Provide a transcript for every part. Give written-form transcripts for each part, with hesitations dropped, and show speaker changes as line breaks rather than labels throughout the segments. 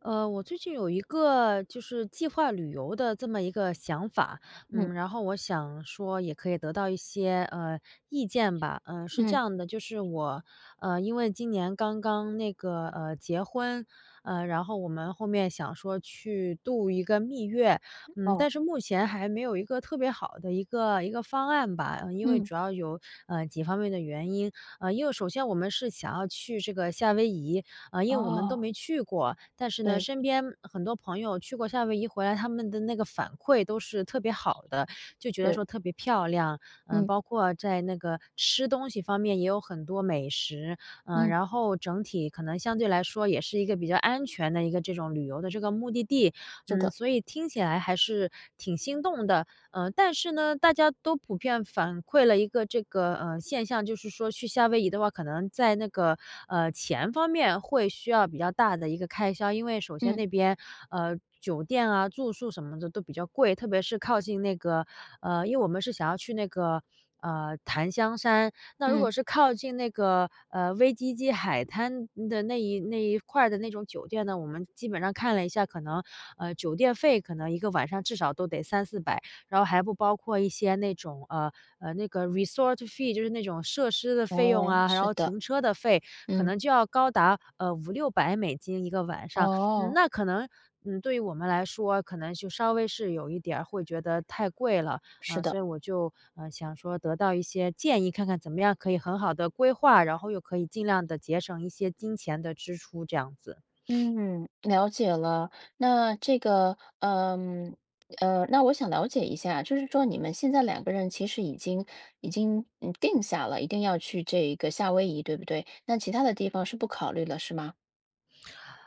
我最近有一个就是计划旅游的这么一个想法。
嗯
然后我想说也可以得到一些意见吧。嗯、是这
嗯，
样的，就是我因为今年刚刚那个结婚。然后我们后面想说去度一个蜜月。
哦，
但是目前还没有一个特别好的一个方案吧。嗯、因为
嗯，
主要有几方面的原因。因为首先我们是想要去这个夏威夷。因为我们都
哦，
没去过，但是呢，
对，
身边很多朋友去过夏威夷回来，他们的那个反馈都是特别好的，就觉得
是，
说特别漂亮。
嗯
包括在那个吃东西方面也有很多美食。
嗯，
然后整体可能相对来说也是一个比较安全的一个这种旅游的这个目的地。
是的，
所以听起来还是挺心动的。但是呢，大家都普遍反馈了一个这个，现象，就是说去夏威夷的话，可能在那个，钱方面会需要比较大的一个开销。因为首先
嗯
那边，酒店啊、住宿什么的都比较贵，特别是靠近那个因为我们是想要去那个，檀香山。那如
嗯，
果是靠近那个，威基基海滩的那一块儿的那种酒店呢，我们基本上看了一下，可能，酒店费可能一个晚上至少都得三四百。然后还不包括一些那种，那个 resort fee，就是那种设施的费用
哎，
啊，然
是
后
的，
停车的费，可
嗯，
能就要高达，五六百美金一个晚上。嗯，
哦，
那可能，对于我们来说，可能就稍微是有一点儿会觉得太贵了。
是的，
所以我就，想说得到一些建议，看看怎么样可以很好的规划，然后又可以尽量的节省一些金钱的支出这样子。
嗯，了解了。那这个，那我想了解一下，就是说你们现在两个人其实已经定下了，一定要去这一个夏威夷，对不对？那其他的地方是不考虑了，是吗？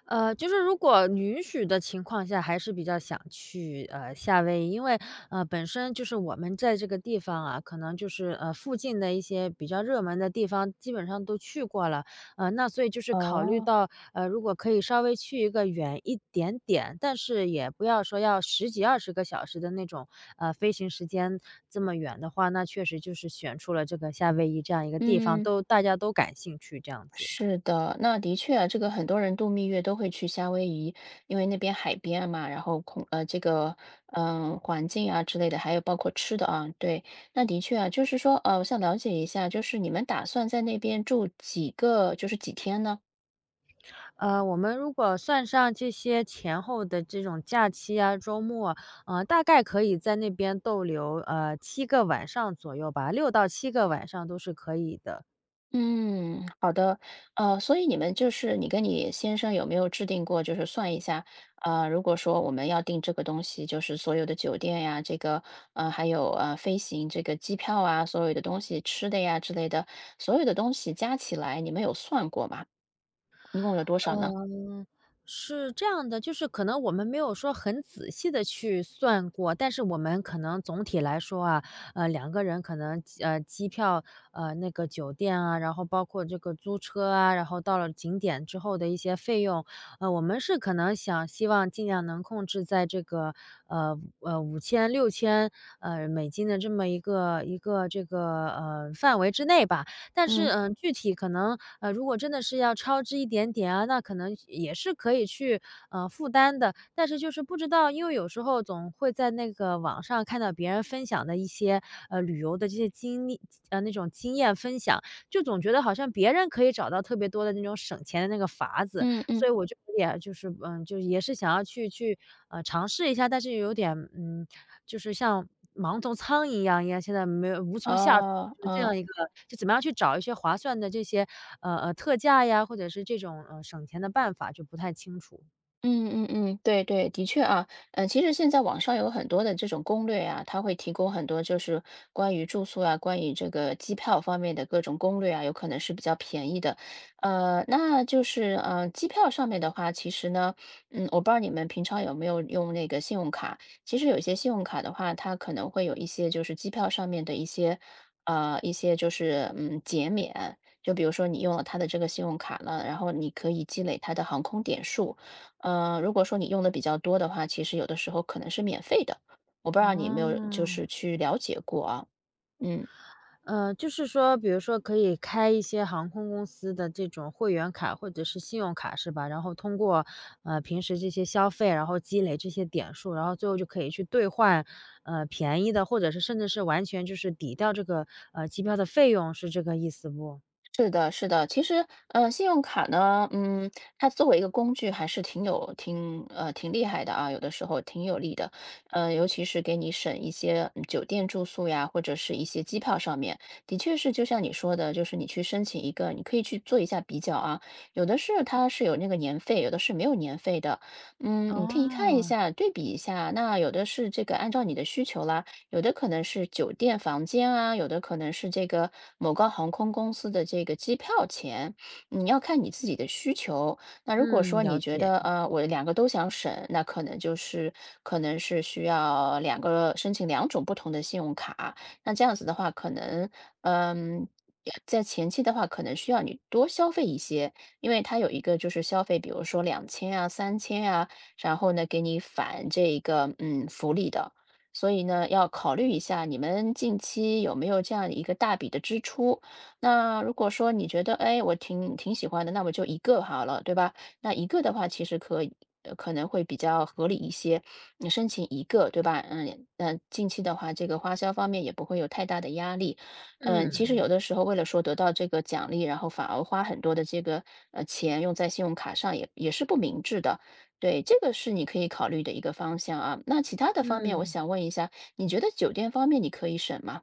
就是如果允许的情况下，还是比较想去夏威夷，因为本身就是我们在这个地方啊，可能就是附近的一些比较热门的地方，基本上都去过了。那所以就是考虑
哦，
到如果可以稍微去一个远一点点，但是也不要说要十几20个小时的那种飞行时间这么远的话，那确实就是选出了这个夏威夷这样一个地方，
嗯。
都大家都感兴趣这样子。
是的，那的确啊，这个很多人度蜜月都会去夏威夷，因为那边海边嘛，然后这个环境啊之类的，还有包括吃的啊，对，那的确啊，就是说我想了解一下，就是你们打算在那边住几个，就是几天呢？
我们如果算上这些前后的这种假期啊、周末，大概可以在那边逗留，七个晚上左右吧6到7个晚上都是可以的。
嗯，好的，所以你们就是你跟你先生有没有制定过，就是算一下，如果说我们要订这个东西，就是所有的酒店呀，这个还有飞行这个机票啊，所有的东西吃的呀之类的，所有的东西加起来，你们有算过吗？一共有多少呢？
嗯，是这样的，就是可能我们没有说很仔细的去算过，但是我们可能总体来说啊，2个人可能机票，那个酒店啊，然后包括这个租车啊，然后到了景点之后的一些费用，我们是可能想希望尽量能控制在这个，五千六千美金的这么一个这个，范围之内吧。但是，
嗯
具体可能如果真的是要超支一点点啊，那可能也是可以去，负担的。但是就是不知道，因为有时候总会在那个网上看到别人分享的一些，旅游的这些经历那种经验分享，就总觉得好像别人可以找到特别多的那种省钱的那个法子。
嗯嗯，
所以我就有点就是，就也是想要去，尝试一下，但是有点，就是像盲从苍蝇一样，现在没有无从下
呃
就是这
呃。
样一个就怎么样去找一些划算的这些，特价呀，或者是这种，省钱的办法就不太清楚。
嗯嗯嗯，对对，的确啊，其实现在网上有很多的这种攻略啊，它会提供很多就是关于住宿啊，关于这个机票方面的各种攻略啊，有可能是比较便宜的。那就是机票上面的话，其实呢，我不知道你们平常有没有用那个信用卡，其实有一些信用卡的话，它可能会有一些就是机票上面的一些就是减免。就比如说你用了它的这个信用卡了，然后你可以积累它的航空点数，如果说你用的比较多的话，其实有的时候可能是免费的，我不知道你有没有就是
哦。
去了解过啊？嗯。
就是说比如说可以开一些航空公司的这种会员卡或者是信用卡是吧？然后通过，平时这些消费，然后积累这些点数，然后最后就可以去兑换，便宜的，或者是甚至是完全就是抵掉这个，机票的费用，是这个意思不？
是的，是的，其实，信用卡呢，它作为一个工具还是挺有、挺呃、挺厉害的啊，有的时候挺有利的，尤其是给你省一些酒店住宿呀，或者是一些机票上面，的确是就像你说的，就是你去申请一个，你可以去做一下比较啊，有的是它是有那个年费，有的是没有年费的，你可以看一
哦。
下，对比一下，那有的是这个按照你的需求啦，有的可能是酒店房间啊，有的可能是这个某个航空公司的这个机票钱，你要看你自己的需求。那如果
嗯，
说你
了
觉
解。
得我两个都想省，那可能是需要两个申请两种不同的信用卡，那这样子的话，可能嗯。在前期的话，可能需要你多消费一些，因为它有一个就是消费，比如说2000啊、3000啊，然后呢给你返这个福利的，所以呢，要考虑一下你们近期有没有这样一个大笔的支出。那如果说你觉得，哎，我挺喜欢的，那我就一个好了，对吧？那一个的话，其实可以。可能会比较合理一些，你申请一个，对吧？嗯，那近期的话，这个花销方面也不会有太大的压力。其实有
嗯。
的时候为了说得到这个奖励，然后反而花很多的这个钱用在信用卡上也是不明智的。对，这个是你可以考虑的一个方向啊。那其他的方面，我
嗯。
想问一下，你觉得酒店方面你可以省吗？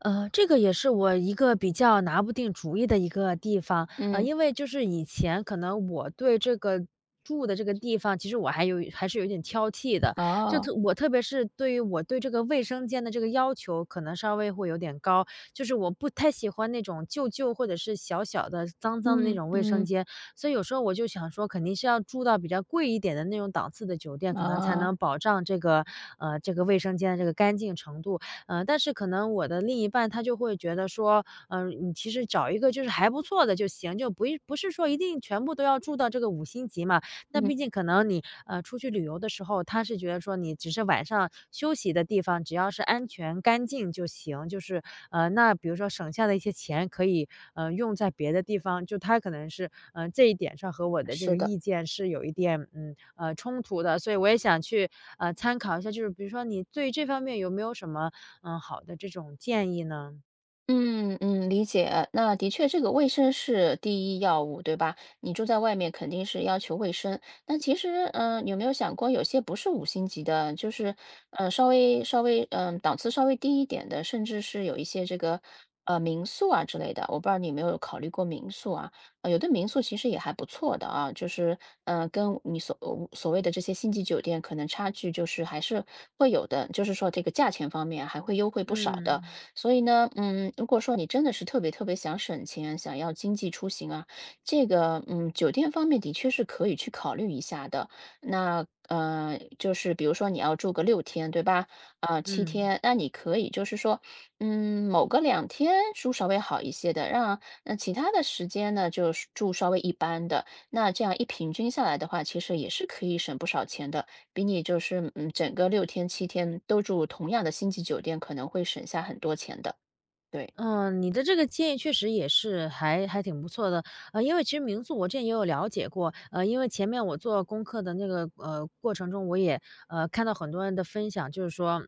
这个也是我一个比较拿不定主意的一个地方。
嗯，
因为就是以前可能我对这个住的这个地方，其实我还有还是有点挑剔的。
哦，
我特别是对于我对这个卫生间的这个要求，可能稍微会有点高，就是我不太喜欢那种旧旧或者是小小的脏脏的那
嗯
种卫生
嗯，
间。所以有时候我就想说，肯定是要住到比较贵一点的那种档次的酒店，可能才
啊，
能保障这个这个卫生间的这个干净程度。但是可能我的另一半他就会觉得说，你其实找一个就是还不错的就行，就不一不是说一定全部都要住到这个五星级嘛。那
嗯，
毕竟可能你，出去旅游的时候，他是觉得说你只是晚上休息的地方，只要是安全干净就行，就是，那比如说省下的一些钱可以，用在别的地方，就他可能是，这一点上和我的这
是
个
的。
意见是有一点，冲突的。所以我也想去，参考一下，就是比如说你对这方面有没有什么，好的这种建议呢？
嗯嗯，理解。那的确，这个卫生是第一要务，对吧？你住在外面肯定是要求卫生。但其实，有没有想过，有些不是五星级的，就是，稍微稍微，嗯、档次稍微低一点的，甚至是有一些这个，民宿啊之类的。我不知道你有没有考虑过民宿啊？有的民宿其实也还不错的啊，就是，跟你所谓的这些星级酒店可能差距就是还是会有的，就是说这个价钱方面还会优惠不少的。
嗯。
所以呢，如果说你真的是特别特别想省钱，想要经济出行啊，这个酒店方面的确是可以去考虑一下的。那就是比如说你要住个六天，对吧？啊、七
嗯。
天，那你可以就是说，某个2天住稍微好一些的，让那其他的时间呢，就是住稍微一般的。那这样一平均下来的话，其实也是可以省不少钱的。比你就是整个六天七天都住同样的星级酒店，可能会省下很多钱的，对。
嗯，你的这个建议确实也是还挺不错的。因为其实民宿我之前也有了解过。因为前面我做功课的那个过程中，我也看到很多人的分享，就是说，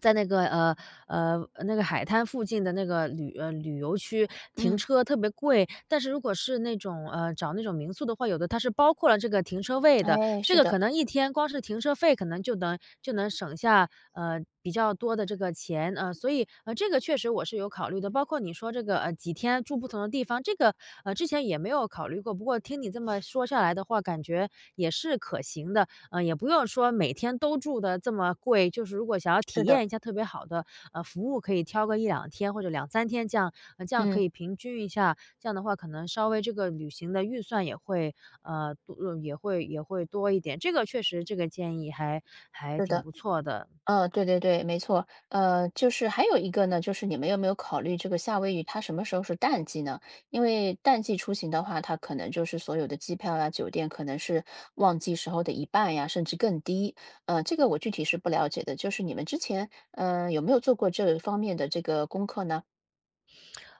在那个那个海滩附近的那个旅游区停
嗯，
车特别贵。但是如果是那种找那种民宿的话，有的它是包括了这个停车位的。
哎，
这
是
个
的，
可能一天光是停车费可能就能省下，比较多的这个钱。所以，这个确实我是有考虑的。包括你说这个，几天住不同的地方，这个，之前也没有考虑过。不过听你这么说下来的话，感觉也是可行的。也不用说每天都住的这么贵，就是如果想要体
是的，
验一下特别好的，服务，可以挑个一两天或者两三天这样，这样可
嗯，
以平均一下。这样的话可能稍微这个旅行的预算也会，也会多一点。这个确实这个建议还
是
挺
的，
不错的。
对对对，没错。就是还有一个呢，就是你们有没有考虑这个夏威夷它什么时候是淡季呢？因为淡季出行的话，它可能就是所有的机票呀、酒店可能是旺季时候的一半呀，甚至更低。这个我具体是不了解的，就是你们之前，有没有做过这方面的这个功课呢？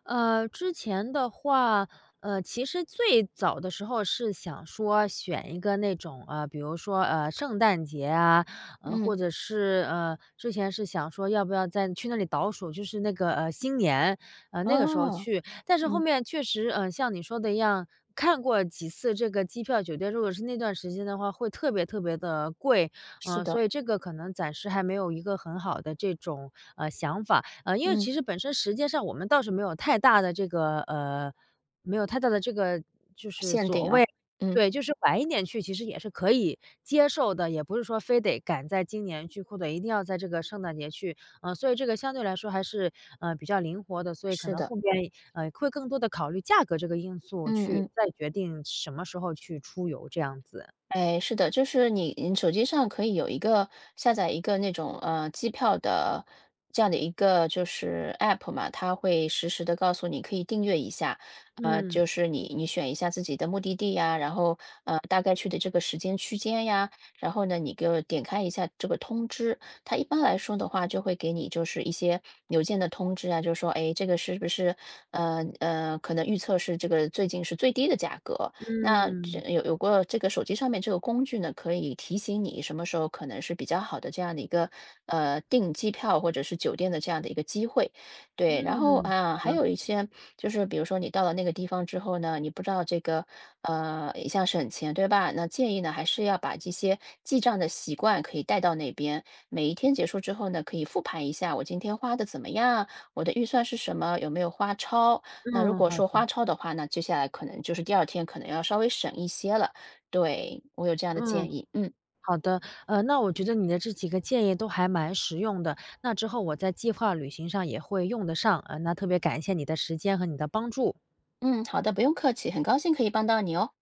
之前的话，其实最早的时候是想说选一个那种，比如说，圣诞节啊，
嗯，
或者是，之前是想说要不要再去那里倒数，就是那个，新年，那个时候
哦。
去。但是后
嗯，
面确实，像你说的一样，看过几次这个机票、酒店，如果是那段时间的话，会特别特别的贵。
是的，
所以这个可能暂时还没有一个很好的这种，想法。因为
嗯，
其实本身时间上我们倒是没有太大的这个就是
限
所
定
谓
啊，嗯，
对，就是晚一点去其实也是可以接受的，也不是说非得赶在今年去，或者一定要在这个圣诞节去。所以这个相对来说还是，比较灵活的，所以可
是
能
的，
后边，会更多的考虑价格这个因素
嗯
去
嗯。
再决定什么时候去出游这样子。
哎，是的，就是你手机上可以有一个下载一个那种机票的这样的一个就是 app 嘛，它会实时的告诉你可以订阅一下，
嗯。
就是你选一下自己的目的地呀，然后大概去的这个时间区间呀，然后呢你给我点开一下这个通知，它一般来说的话就会给你就是一些邮件的通知啊，就说哎这个是不是可能预测是这个最近是最低的价格，那这
嗯。
有过这个手机上面这个工具呢，可以提醒你什么时候可能是比较好的这样的一个订机票或者是酒店的这样的一个机会，对。然后
嗯。好
啊，还
的。
有一些就是比如说你到了那个地方之后呢，你不知道这个一项省钱对吧？那建议呢还是要把这些记账的习惯可以带到那边，每一天结束之后呢，可以复盘一下我今天花的怎么样，我的预算是什么，有没有花超。那如
嗯。
果
好
说
的。
花超的话呢，那接下来可能就是第二天可能要稍微省一些了。对，我有这样的
嗯。
建议。嗯
好的。那我觉得你的这几个建议都还蛮实用的，那之后我在计划旅行上也会用得上。那特别感谢你的时间和你的帮助。
嗯，好的，不用客气，很高兴可以帮到你哦。